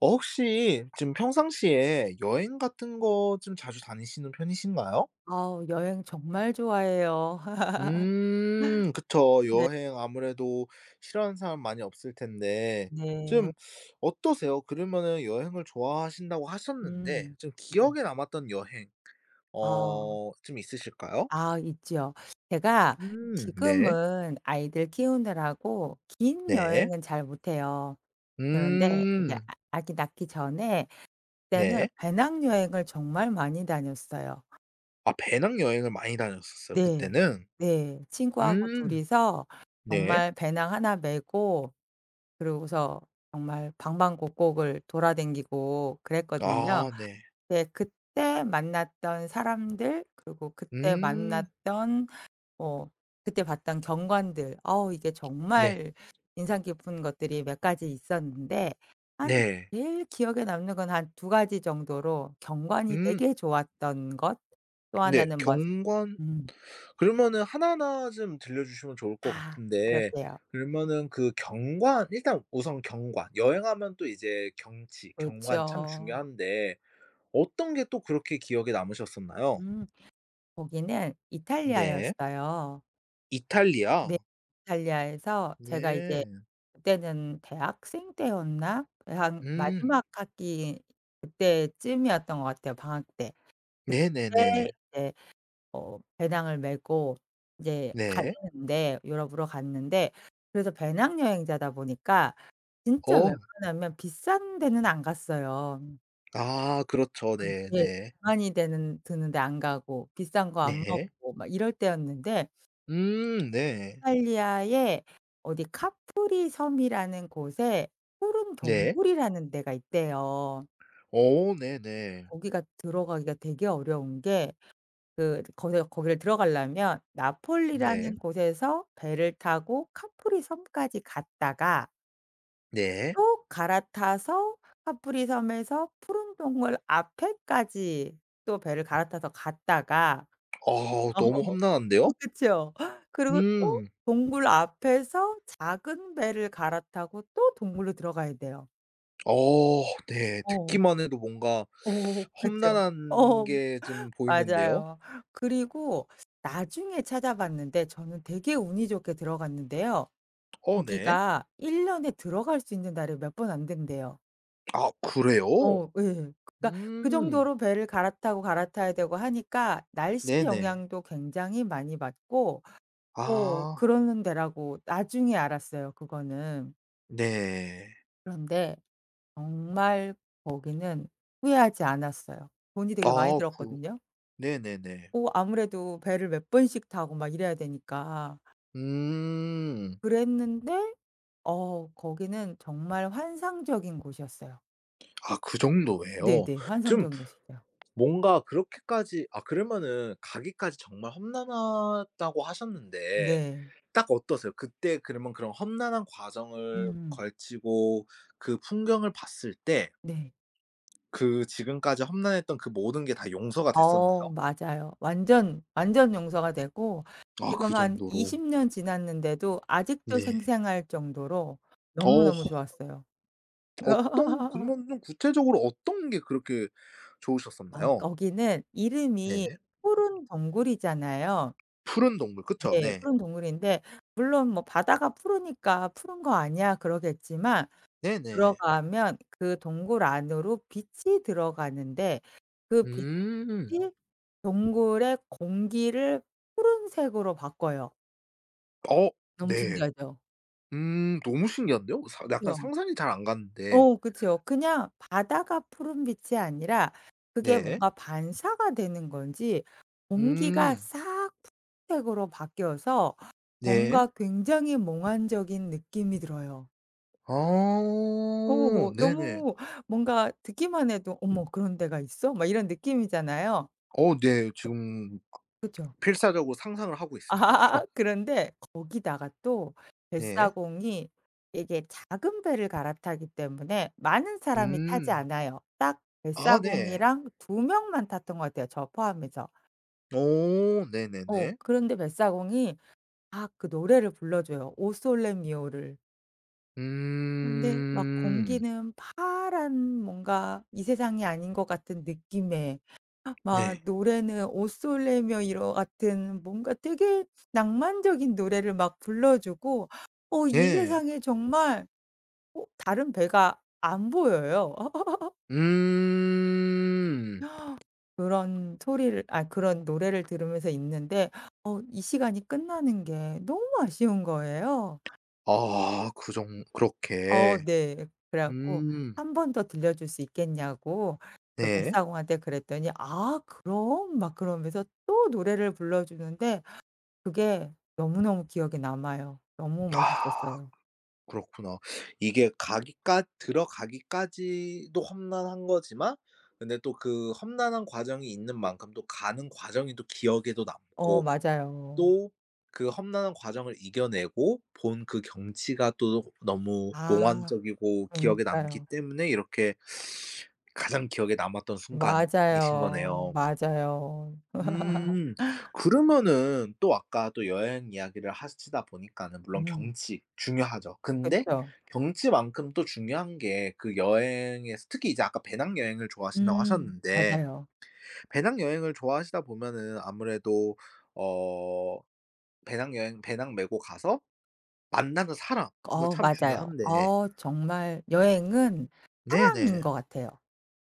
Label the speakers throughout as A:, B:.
A: 혹시 지금 평상시에 여행 같은 거 좀 자주 다니시는 편이신가요?
B: 아우 여행 정말 좋아해요.
A: 그쵸.
B: 네
A: 여행 아무래도 싫어하는 사람 많이 없을 텐데
B: 네.
A: 좀 어떠세요? 그러면은 여행을 좋아하신다고 하셨는데
B: 음.
A: 좀
B: 네.
A: 기억에 남았던 여행
B: 아.
A: 좀 있으실까요?
B: 아 있지요. 제가
A: 네.
B: 지금은 아이들 키우느라고 긴
A: 네.
B: 여행은 잘 못해요. 그런데 이제
A: 음
B: 아기 낳기 전에 그때는
A: 네.
B: 배낭여행을 정말 많이 다녔어요.
A: 아 배낭여행을 많이 다녔었어요
B: 네.
A: 그때는?
B: 네. 친구하고
A: 음
B: 둘이서
A: 네.
B: 정말 배낭 하나 메고 그러고서 정말 방방곡곡을 돌아다니고 그랬거든요.
A: 아 네.
B: 네. 그때 만났던 사람들 그리고 그때
A: 음
B: 만났던 뭐 그때 봤던 경관들 어우 이게
A: 네.
B: 정말 인상 깊은 것들이 몇 가지 있었는데 한
A: 네.
B: 제일 기억에 남는 건 한 두 가지 정도로 경관이
A: 음
B: 되게 좋았던 것 또
A: 네.
B: 하나는 뭐
A: 경관
B: 음
A: 그러면은 하나하나 좀 들려주시면 좋을 것
B: 아
A: 같은데
B: 그럴게요.
A: 그러면은 그 경관 일단 우선 경관 여행하면 또 이제 경치, 경관 참
B: 그렇죠.
A: 중요한데 어떤 게 또 그렇게 기억에 남으셨었나요?
B: 음 거기는
A: 네.
B: 이탈리아였어요.
A: 이탈리아.
B: 네. 이탈리아에서 제가 이제
A: 네.
B: 그때는 대학생 때였나? 한
A: 음.
B: 마지막 학기 그때쯤이었던 것 같아요, 방학 때. 그때
A: 네네네.
B: 이제 배낭을 메고 이제
A: 네.
B: 갔는데 유럽으로 갔는데 그래서 배낭 여행자다 보니까 진짜
A: 어.
B: 웬만하면 비싼 데는 안 갔어요.
A: 아 그렇죠. 네네.
B: 네.
A: 네.
B: 많이 되는 드는데 안 가고 비싼 거 안
A: 네.
B: 먹고 막 이럴 때였는데
A: 네.
B: 이탈리아의 어디 카프리 섬이라는 곳에 푸른
A: 네.
B: 동굴이라는 데가 있대요.
A: 어 네네.
B: 거기가 들어가기가 되게 어려운 게 그 거기를 들어가려면
A: 네.
B: 나폴리라는 곳에서 배를 타고 카프리 섬까지 갔다가
A: 네.
B: 또 갈아타서 카프리 섬에서 푸른 동굴 앞에까지 또 배를 갈아타서 갔다가
A: 어 너무
B: 어. 어
A: 험난한데요?
B: 그쵸. 그리고 또
A: 음.
B: 동굴 앞에서 작은 배를 갈아타고 또 동굴로 들어가야 돼요.
A: 어 네.
B: 어.
A: 듣기만 해도 뭔가
B: 어 그쵸.
A: 험난한
B: 어
A: 게 좀 보이는데요.
B: 맞아요. 그리고 나중에 찾아봤는데 저는 되게 운이 좋게 들어갔는데요.
A: 어 네.
B: 거기가 1 년에 들어갈 수 있는 날이 몇 번 안 된대요.
A: 아 그래요?
B: 어 예. 그러니까 그
A: 음.
B: 정도로 배를 갈아타고 갈아타야 되고 하니까 날씨
A: 네네.
B: 영향도 굉장히 많이 받고 어
A: 아
B: 그러는 데라고 나중에 알았어요 그거는.
A: 네.
B: 그런데 정말 거기는 후회하지 않았어요. 돈이
A: 아
B: 되게 많이
A: 그
B: 들었거든요.
A: 네네네.
B: 어 아무래도 배를 몇 번씩 타고 막 이래야 되니까.
A: 음.
B: 그랬는데 어 거기는 정말 환상적인 곳이었어요.
A: 아 그 정도예요.
B: 네네.
A: 좀
B: 환상적인 곳이었어요.
A: 뭔가 그렇게까지 아 그러면은 가기까지 정말 험난하다고 하셨는데
B: 네.
A: 딱 어떠세요? 그때 그러면 그런 험난한 과정을
B: 음.
A: 걸치고 그 풍경을 봤을 때
B: 네.
A: 그 지금까지 험난했던 그 모든 게 다 용서가
B: 어
A: 됐었나요?
B: 맞아요. 완전 용서가 되고
A: 아 그
B: 지금 한
A: 정도로.
B: 20년 지났는데도 아직도
A: 네.
B: 생생할 정도로
A: 어
B: 너무너무 좋았어요.
A: 어떤 그러면 좀 구체적으로 어떤 게 그렇게
B: 어
A: 좋으셨었나요?
B: 거기는 이름이
A: 네.
B: 푸른 동굴이잖아요.
A: 푸른 동굴 그쵸?
B: 네.
A: 네.
B: 푸른 동굴인데 물론 뭐 바다가 푸르니까 '푸른 거 아니야?' 그러겠지만
A: 네네.
B: 들어가면 그 동굴 안으로 빛이 들어가는데 그
A: 음.
B: 빛이 동굴의 공기를 푸른색으로 바꿔요.
A: 어
B: 너무
A: 네.
B: 신기하죠.
A: 너무 신기한데요? 사 약간
B: 그쵸.
A: 상상이 잘 안 가는데.
B: 어 그쵸. 그냥 바다가 푸른 빛이 아니라 그게
A: 네.
B: 뭔가 반사가 되는 건지 공기가
A: 음.
B: 싹 푸른색으로 바뀌어서
A: 네.
B: 뭔가 굉장히 몽환적인 느낌이 들어요.
A: 아
B: 어
A: 네네.
B: 너무 뭔가 듣기만 해도 '어머 그런 데가 있어?' 막 이런 느낌이잖아요.
A: 어 네. 지금
B: 그쵸?
A: 필사적으로 상상을 하고 있습니다.
B: 아 그런데 거기다가 또
A: 네.
B: 뱃사공이 이게 작은 배를 갈아타기 때문에 많은 사람이 타지
A: 음.
B: 않아요. 딱
A: 아 네.
B: 뱃사공이랑 두 명만 탔던 것 같아요, 저 포함해서.
A: 오
B: 어
A: 네네네.
B: 그런데 뱃사공이 막 그 노래를 불러줘요, 오 솔레 미오를. 근데 막
A: 음.
B: 공기는 파란 뭔가 이 세상이 아닌 것 같은 느낌의 막
A: 네.
B: 노래는 옷솔레며 이러 같은 뭔가 되게 낭만적인 노래를 막 불러 주고 어 이
A: 네.
B: 세상에 정말 어 다른 배가 안 보여요.
A: 음.
B: 그런 소리를 아 그런 노래를 들으면서 있는데 어 이 시간이 끝나는 게 너무 아쉬운 거예요.
A: 아 그정
B: 어
A: 그렇게.
B: 네. 그래 갖고
A: 음.
B: 한 번 더 들려 줄 수 있겠냐고 그
A: 네.
B: 뱃사공한테 그랬더니 "아 그럼." 막 그러면서 또 노래를 불러 주는데 그게 너무너무 기억에 남아요. 너무
A: 아.
B: 멋있었어요.
A: 그렇구나. 이게 가기까 들어가기까지도 험난한 거지만 근데 또 그 험난한 과정이 있는 만큼 또 가는 과정이 또 기억에도
B: 어
A: 남고
B: 맞아요.
A: 또 그 험난한 과정을 이겨내고 본 그 경치가 또 너무
B: 아.
A: 몽환적이고 기억에 남기
B: 그니까요.
A: 때문에 이렇게 가장 기억에 남았던 순간이신
B: 맞아요.
A: 거네요.
B: 맞아요.
A: 음. 그러면은 또 아까 또 여행 이야기를 하시다 보니까는 물론
B: 음
A: 경치 중요하죠. 근데
B: 그쵸.
A: 경치만큼 또 중요한 게 그 여행에서 특히 이제 아까 배낭여행을 좋아하신다고 하셨는데
B: 맞아요.
A: 배낭여행을 좋아하시다 보면은 아무래도 어 배낭 메고 가서 만나는 사람도
B: 어
A: 참
B: 맞아요.
A: 중요한데
B: 어 정말 여행은 사람인
A: 네네.
B: 것 같아요.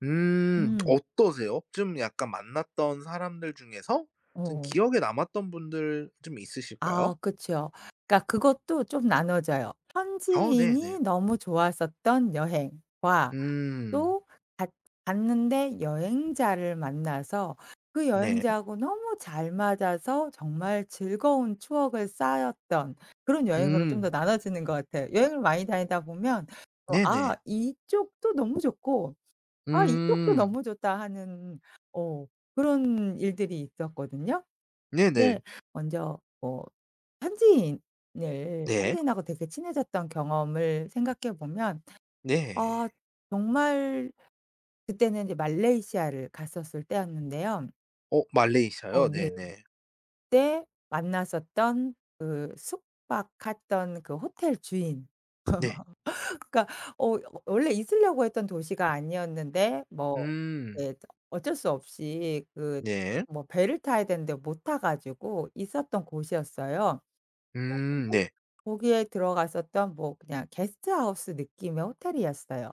B: 음
A: 어떠세요? 좀 약간 만났던 사람들 중에서 좀
B: 어.
A: 기억에 남았던 분들 좀 있으실까요?
B: 아 그쵸. 그러니까 그것도 좀 나눠져요.
A: 어 네네.
B: 현지인이 너무 좋았었던 여행과
A: 음.
B: 또 갔 갔는데 여행자를 만나서 그
A: 네.
B: 여행자하고 너무 잘 맞아서 정말 즐거운 추억을 쌓였던 그런 여행으로 좀
A: 음.
B: 더 나눠지는 것 같아요. 여행을 많이 다니다 보면 어 '아
A: 네네.
B: 이쪽도 너무 좋고 아 이쪽도
A: 음.
B: 너무 좋다.' 하는 어 그런 일들이 있었거든요. 근데
A: 네네.
B: 먼저 뭐 현지인을
A: 네.
B: 현지인하고 되게 친해졌던 경험을 생각해 보면
A: 네.
B: 아 정말 그때는 이제 말레이시아를 갔었을 때였는데요.
A: 어
B: 어
A: 말레이시아요?
B: 네.
A: 네네.
B: 그때 만났었던 그 숙박했던 그 호텔 주인
A: 네.
B: 그러니까 어 원래 있으려고 했던 도시가 아니었는데 뭐
A: 음.
B: 예 어쩔 수 없이 그
A: 네.
B: 뭐 배를 타야 되는데 못 타 가지고 있었던 곳이었어요. 근데
A: 네.
B: 거기에 들어갔었던 뭐 그냥 게스트하우스 느낌의 호텔이었어요.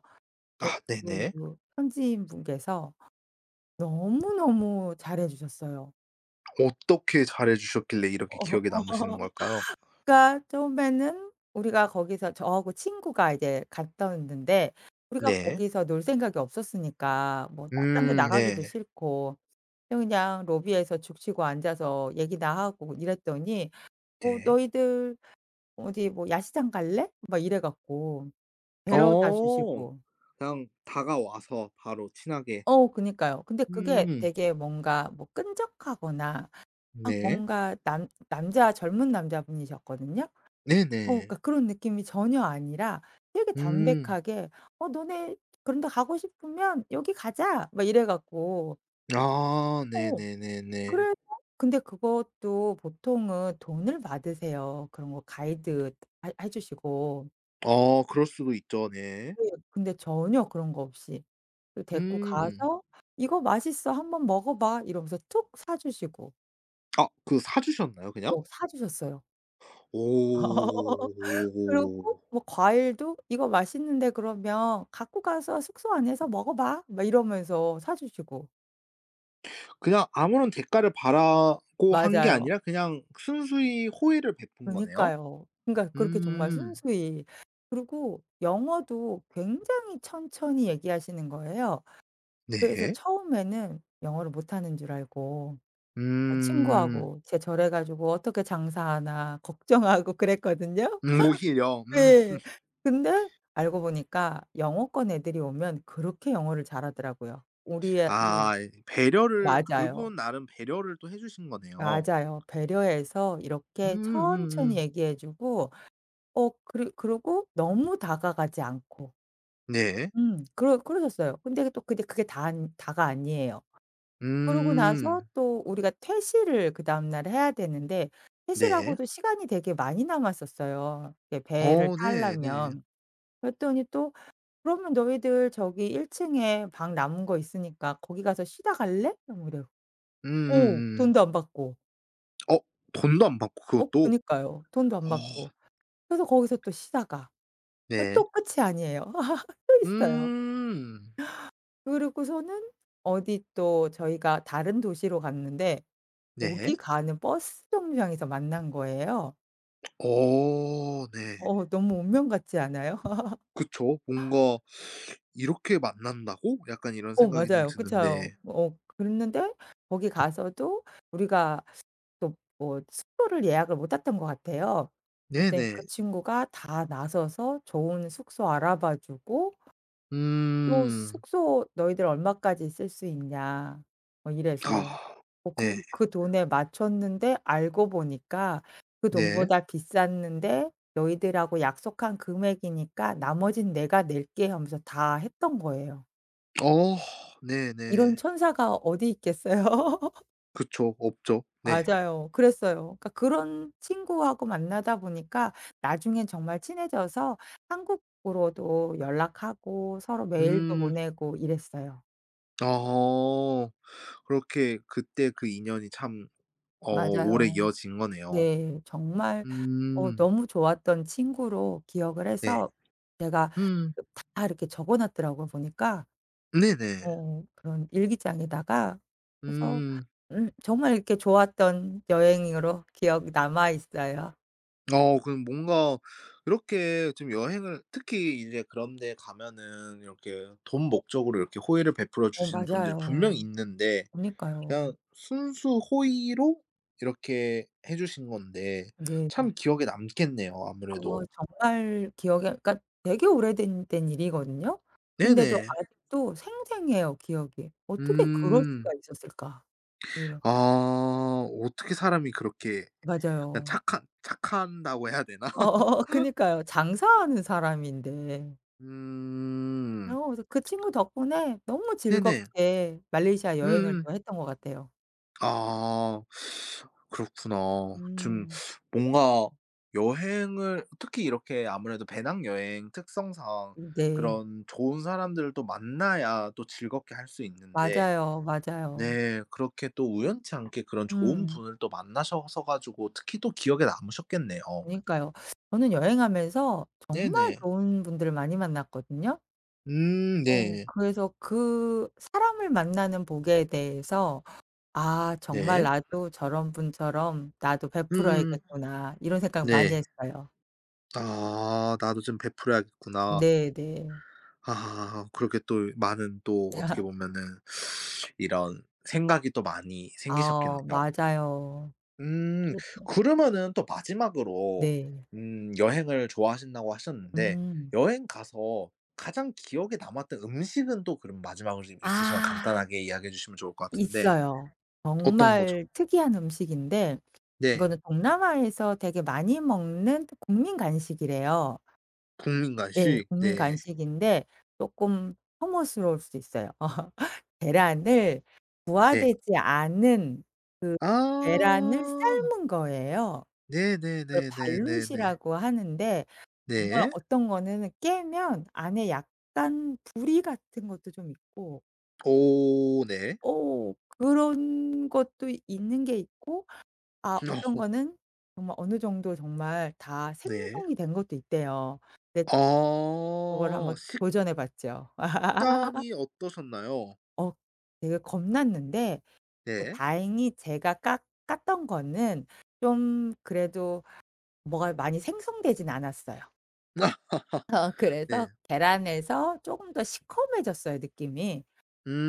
A: 아
B: 음.
A: 네네.
B: 그 현지인 분께서 너무너무 잘해 주셨어요.
A: 어떻게 잘해 주셨길래 이렇게 기억에
B: 어.
A: 남으시는 걸까요?
B: 그러니까 처음에는 우리가 거기서 저하고 친구가 이제 갔었는데 우리가
A: 네.
B: 거기서 놀 생각이 없었으니까 뭐 나 딴 데 나가기도
A: 네.
B: 싫고 그냥 로비에서 죽치고 앉아서 얘기나 하고 이랬더니 "어
A: 네.
B: 너희들 어디 뭐 야시장 갈래?" 막 이래 갖고 데려다
A: 어.
B: 주시고
A: 그냥 다가와서 바로 친하게.
B: 어 그니까요. 근데 그게
A: 음.
B: 되게 뭔가 뭐 끈적하거나 막
A: 네.
B: 뭔가 남 남자 젊은 남자분이셨거든요. 어
A: 네네.
B: 그러니까 그런 느낌이 전혀 아니라 되게
A: 음.
B: 담백하게 "어 너네 그런데 가고 싶으면 여기 가자." 막 이래 갖고
A: 아
B: 어
A: 네네네네.
B: 그래서 근데 그것도 보통은 돈을 받으세요. 그런 거 가이드 해 주시고.
A: 어 그럴 수도 있죠. 네.
B: 네. 근데 전혀 그런 거 없이 그 데리고
A: 음.
B: 가서 "이거 맛있어. 한번 먹어 봐." 이러면서 툭 사 주시고.
A: 아 그 사 주셨나요 그냥?
B: 어 사 주셨어요.
A: 오.
B: 그리고 뭐 과일도 "이거 맛있는데 그러면 갖고 가서 숙소 안에서 먹어 봐." 막 이러면서 사 주시고.
A: 그냥 아무런 대가를 바라고 한 게
B: 맞아요.
A: 아니라 그냥 순수히 호의를 베푼 거네요?
B: 그니까요. 그러니까 그렇게 정말
A: 음.
B: 순수히. 그리고 영어도 굉장히 천천히 얘기하시는 거예요. 그래서
A: 네.
B: 처음에는 영어를 못하는 줄 알고
A: 음.
B: 친구하고 제 절해 가지고 어떻게 장사하나 걱정하고 그랬거든요.
A: 오히려. 음.
B: 네, 근데 알고 보니까 영어권 애들이 오면 그렇게 영어를 잘하더라고요. 우리 애를
A: 아 배려를
B: 맞아요.
A: 그분 나름 배려를 또 해 주신 거네요.
B: 맞아요. 배려해서 이렇게 천천히
A: 음음음.
B: 얘기해 주고 어 그리 그고 너무 다가가지 않고
A: 네.
B: 그러셨어요. 근데 또 근데 그게 다 아니 다가 아니에요. 그러고 나서
A: 음.
B: 또 우리가 퇴실을 그다음 날 해야 되는데
A: 네.
B: 퇴실하고도 시간이 되게 많이 남았었어요, 이게 배를
A: 어 네네.
B: 타려면. 그랬더니 또 "그러면 너희들 저기 1 층에 방 남은 거 있으니까 거기 가서 쉬다 갈래?" 뭐 이래요. 어
A: 음음음.
B: 돈도 안 받고.
A: 어 돈도 안 받고
B: 어?
A: 그것도?
B: 그니까요. 돈도 안
A: 어
B: 받고. 그래서 거기서 또 쉬다가 아
A: 네.
B: 또 끝이 아니에요. 또 있어요.
A: 음.
B: 그리고서는 어디 또 저희가 다른 도시로 갔는데
A: 네.
B: 거기 가는 버스 정류장에서 만난 거예요.
A: 어 네.
B: 어 너무 운명 같지 않아요?
A: 그쵸. 뭔가 '이렇게 만난다고?' 약간 이런
B: 어
A: 생각이 좀
B: 맞아요. 그쵸.
A: 드는데.
B: 어 그랬는데 거기 가서도 우리가 또 뭐 숙소를 예약을 못 했던 것 같아요. 그때
A: 네네.
B: 그 친구가 다 나서서 좋은 숙소 알아봐 주고 또
A: 음.
B: "숙소 너희들 얼마까지 쓸 수 있냐." 뭐 이래서.
A: 아.
B: 어
A: 네.
B: 그 돈에 맞췄는데 알고 보니까 그
A: 네.
B: 돈보다 비쌌는데 "너희들하고 약속한 금액이니까 나머진 내가 낼게." 하면서 다 했던 거예요.
A: 어 네네.
B: 이런 천사가 어디 있겠어요.
A: 그쵸. 없죠. 네.
B: 맞아요. 그랬어요. 그러니까 그런 친구하고 만나다 보니까 나중엔 정말 친해져서 한국으로도 연락하고 서로 메일도
A: 음.
B: 보내고 이랬어요.
A: 어. 그렇게 그때 그 인연이 참 오래
B: 맞아요.
A: 이어진 거네요.
B: 네. 정말 어
A: 음.
B: 너무 좋았던 친구로 기억을
A: 네.
B: 해서 제가
A: 음.
B: 다 이렇게 적어 놨더라고요 보니까.
A: 네네.
B: 어 그런 일기장에다가. 그래서
A: 음.
B: 정말 이렇게 좋았던 여행으로 기억이 남아 있어요.
A: 어 그럼 뭔가 이렇게 좀 여행을 특히 이제 그런 데 가면은 이렇게 돈 목적으로 이렇게 호의를 베풀어
B: 어
A: 주시는 분들이 분명히
B: 맞아요.
A: 있는데
B: 그니까요.
A: 그냥 순수 호의로 이렇게 해 주신 건데
B: 네.
A: 참 기억에 남겠네요
B: 아
A: 아무래도.
B: 정말 기억에 그러니까 되게 오래된 된 일이거든요. 근데도
A: 네네.
B: 아직도 생생해요 기억이. 어떻게 그럴
A: 음.
B: 수가 있었을까? 이런
A: 아 어떻게 사람이 그렇게 그냥
B: 맞아요.
A: 착한다고 해야 되나?
B: 어어 그니까요. 장사하는 사람인데.
A: 음.
B: 어 그래서 그 친구 덕분에 너무
A: 네네.
B: 즐겁게 말레이시아 여행을
A: 음음.
B: 또 했던 것 같아요.
A: 아. 그렇구나. 좀
B: 음.
A: 뭔가 여행을 특히 이렇게 아무래도 배낭여행 특성상
B: 네.
A: 그런 좋은 사람들을 또 만나야 또 즐겁게 할 수 있는데
B: 맞아요, 맞아요.
A: 네 그렇게 또 우연치 않게 그런 좋은
B: 음.
A: 분을 또 만나셔서 가지고 특히 또 기억에 남으셨겠네요.
B: 그니까요. 저는 여행하면서 정말
A: 네네.
B: 좋은 분들을 많이 만났거든요. 어
A: 네.
B: 그래서 그 사람을 만나는 복에 대해서 '아 정말
A: 네.
B: 나도 저런 분처럼 나도
A: 음음.
B: 베풀어야겠구나.' 이런 생각 많이
A: 네.
B: 했어요.
A: 아 나도 좀 베풀어야겠구나.
B: 네네.
A: 아 그렇게 또 많은 또 어떻게 보면은 이런 생각이 또 많이 생기셨겠네요.
B: 아 맞아요.
A: 음
B: 그렇죠.
A: 그러면은 또 마지막으로
B: 네.
A: 여행을 좋아하신다고 하셨는데
B: 음.
A: 여행 가서 가장 기억에 남았던 음식은 또 그럼 마지막으로 좀 있으시면
B: 아.
A: 간단하게 이야기해 주시면 좋을 것 같은데
B: 있어요.
A: 어떤 거죠?
B: 정말 특이한 음식인데
A: 네.
B: 이거는 동남아에서 되게 많이 먹는 국민 간식이래요.
A: 국민
B: 네.
A: 간식.
B: 국민
A: 네.
B: 간식인데 쪼끔 혐오스러울 수 있어요. 계란을
A: 네.
B: 부화되지 않은 계란을
A: 아.
B: 삶은 거예요. 그걸
A: 네네네네네네. 네. 네, 네,
B: 발룻이라고 하는데
A: 네, 네,
B: 정말
A: 네.
B: 어떤 거는 깨면 안에 약간 부리 같은 것도 좀 있고
A: 오 네.
B: 어 그런 것도 있는 게 있고 아
A: 어
B: 어떤 거는 정말 어느 정도 정말 다
A: 네.
B: 생성이 된 것도 있대요. 근데 그걸
A: 아.
B: 한번 도전해 봤죠.
A: 식감이 어떠셨나요?
B: 어 되게 겁났는데 네,
A: 네.
B: 다행히 제가 깎 깠던 거는 좀 그래도 뭐가 많이 생성되진 않았어요.
A: 아,
B: 어
A: 네.
B: 그래서 계란에서 조금 더 시커매졌어요 느낌이.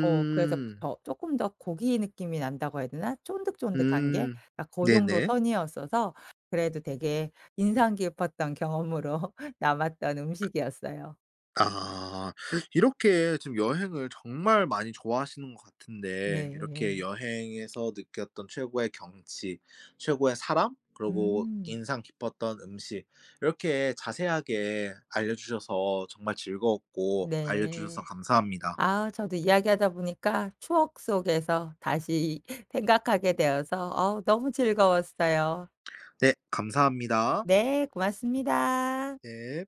B: 어 그래서 더 조금 더 고기 느낌이 난다고 해야 되나? 쫀득쫀득한 게
A: 음.
B: 그러니까 그 정도
A: 네네.
B: 선이었어서 그래도 되게 인상 깊었던 경험으로 남았던 음식이었어요.
A: 아. 이렇게 지금 여행을 정말 많이 좋아하시는 것 같은데
B: 네.
A: 이렇게 여행에서 느꼈던 최고의 경치, 최고의 사람, 그리고
B: 음.
A: 인상 깊었던 음식 이렇게 자세하게 알려주셔서 정말 즐거웠고 알려주셔서
B: 네.
A: 감사합니다.
B: 아 저도 이야기하다 보니까 추억 속에서 다시 생각하게 되어서 어 너무 즐거웠어요.
A: 네. 감사합니다.
B: 네 고맙습니다.
A: 네.